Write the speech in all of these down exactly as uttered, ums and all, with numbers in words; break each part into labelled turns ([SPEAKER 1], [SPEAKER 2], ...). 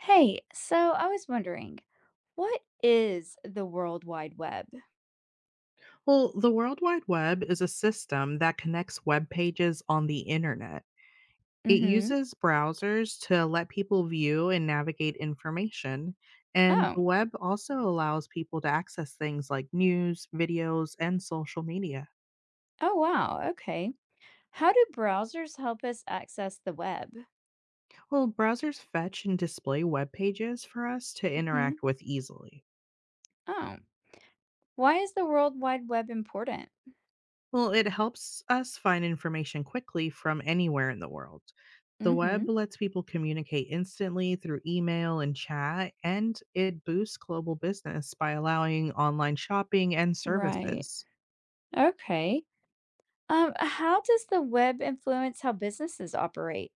[SPEAKER 1] Hey, so I was wondering, what is the World Wide Web?
[SPEAKER 2] Well, the World Wide Web is a system that connects web pages on the internet. It
[SPEAKER 1] Mm-hmm.
[SPEAKER 2] uses browsers to let people view and navigate information. And
[SPEAKER 1] Oh,
[SPEAKER 2] the web also allows people to access things like news, videos, and social media.
[SPEAKER 1] oh wow. Okay. How do browsers help us access the web?
[SPEAKER 2] Well, browsers fetch and display web pages for us to
[SPEAKER 1] Mm-hmm.
[SPEAKER 2] interact with easily.
[SPEAKER 1] Oh, why is the World Wide Web important?
[SPEAKER 2] Well, it helps us find information quickly from anywhere in the world. The
[SPEAKER 1] Mm-hmm.
[SPEAKER 2] web lets people communicate instantly through email and chat, and it boosts global business by allowing online shopping and
[SPEAKER 1] Right.
[SPEAKER 2] services.
[SPEAKER 1] Okay. Um, how does the web influence how businesses operate?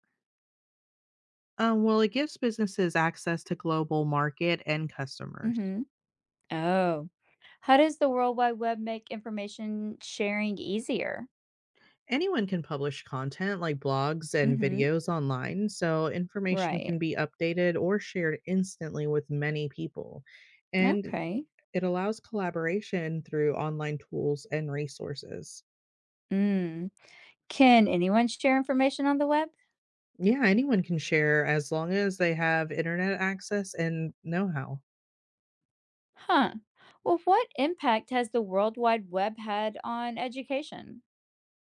[SPEAKER 2] Um, well, it gives businesses access to global market and customers.
[SPEAKER 1] Mm-hmm. Oh, how does the World Wide Web make information sharing easier?
[SPEAKER 2] Anyone can publish content like blogs and
[SPEAKER 1] Mm-hmm.
[SPEAKER 2] videos online, so information
[SPEAKER 1] Right.
[SPEAKER 2] can be updated or shared instantly with many people. And
[SPEAKER 1] Okay.
[SPEAKER 2] it allows collaboration through online tools and resources.
[SPEAKER 1] Mm. Can anyone share information on the web?
[SPEAKER 2] Yeah, anyone can share as long as they have internet access and know how.
[SPEAKER 1] Huh. Well, what impact has the World Wide Web had on education?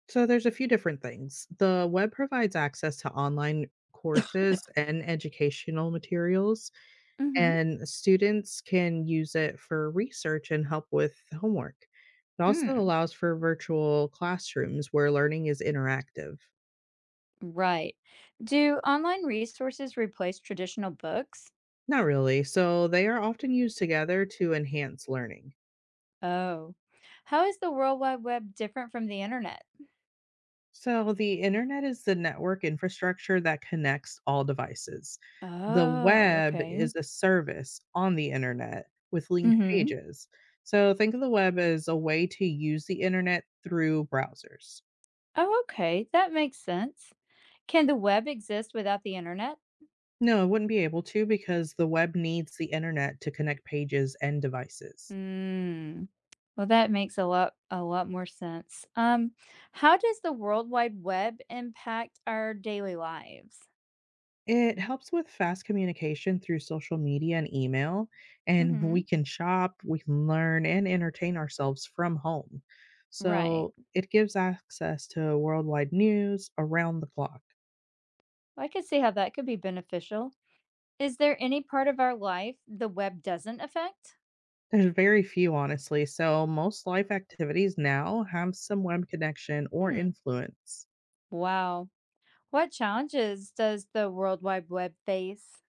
[SPEAKER 2] So there's a few different things. The web provides access to online courses and educational materials,
[SPEAKER 1] Mm-hmm.
[SPEAKER 2] and students can use it for research and help with homework. It also
[SPEAKER 1] Mm,
[SPEAKER 2] allows for virtual classrooms where learning is interactive.
[SPEAKER 1] right. Do online resources replace traditional books?
[SPEAKER 2] Not really. So they are often used together to enhance learning.
[SPEAKER 1] Oh. How is the World Wide Web different from the internet?
[SPEAKER 2] So, the internet is the network infrastructure that connects all devices. The
[SPEAKER 1] Oh,
[SPEAKER 2] web
[SPEAKER 1] okay.
[SPEAKER 2] is a service on the internet with linked
[SPEAKER 1] Mm-hmm.
[SPEAKER 2] pages. So, think of the web as a way to use the internet through browsers.
[SPEAKER 1] Oh, okay. That makes sense. Can the web exist without the internet?
[SPEAKER 2] No, it wouldn't be able to because the web needs the internet to connect pages and devices.
[SPEAKER 1] Hmm. Well, that makes a lot a lot more sense. Um, how does the World Wide Web impact our daily lives?
[SPEAKER 2] It helps with fast communication through social media and email, and we
[SPEAKER 1] Hmm.
[SPEAKER 2] can shop, we can learn, and entertain ourselves from home.
[SPEAKER 1] Right.
[SPEAKER 2] So it gives access to worldwide news around the clock.
[SPEAKER 1] I could see how that could be beneficial. Is there any part of our life the web doesn't affect?
[SPEAKER 2] There's very few, honestly, so most life activities now have some web connection or
[SPEAKER 1] Hmm.
[SPEAKER 2] influence.
[SPEAKER 1] Wow. What challenges does the World Wide Web face?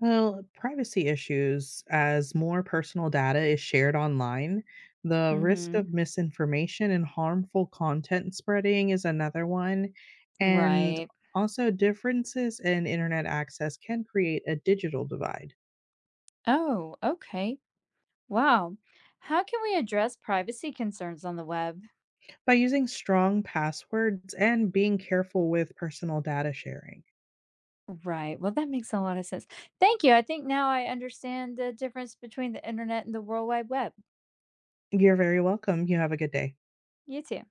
[SPEAKER 2] Well, privacy issues, as more personal data is shared online, the risk
[SPEAKER 1] Hmm.
[SPEAKER 2] of misinformation and harmful content spreading is another one. And
[SPEAKER 1] Right.
[SPEAKER 2] also, differences in internet access can create a digital divide
[SPEAKER 1] Oh, okay. Wow. How can we address privacy concerns on the web?
[SPEAKER 2] by using strong passwords and being careful with personal data sharing.
[SPEAKER 1] Right. Well, that makes a lot of sense. Thank you. I think now I understand the difference between the internet and the World Wide Web.
[SPEAKER 2] You're very welcome. You have a good day.
[SPEAKER 1] You too.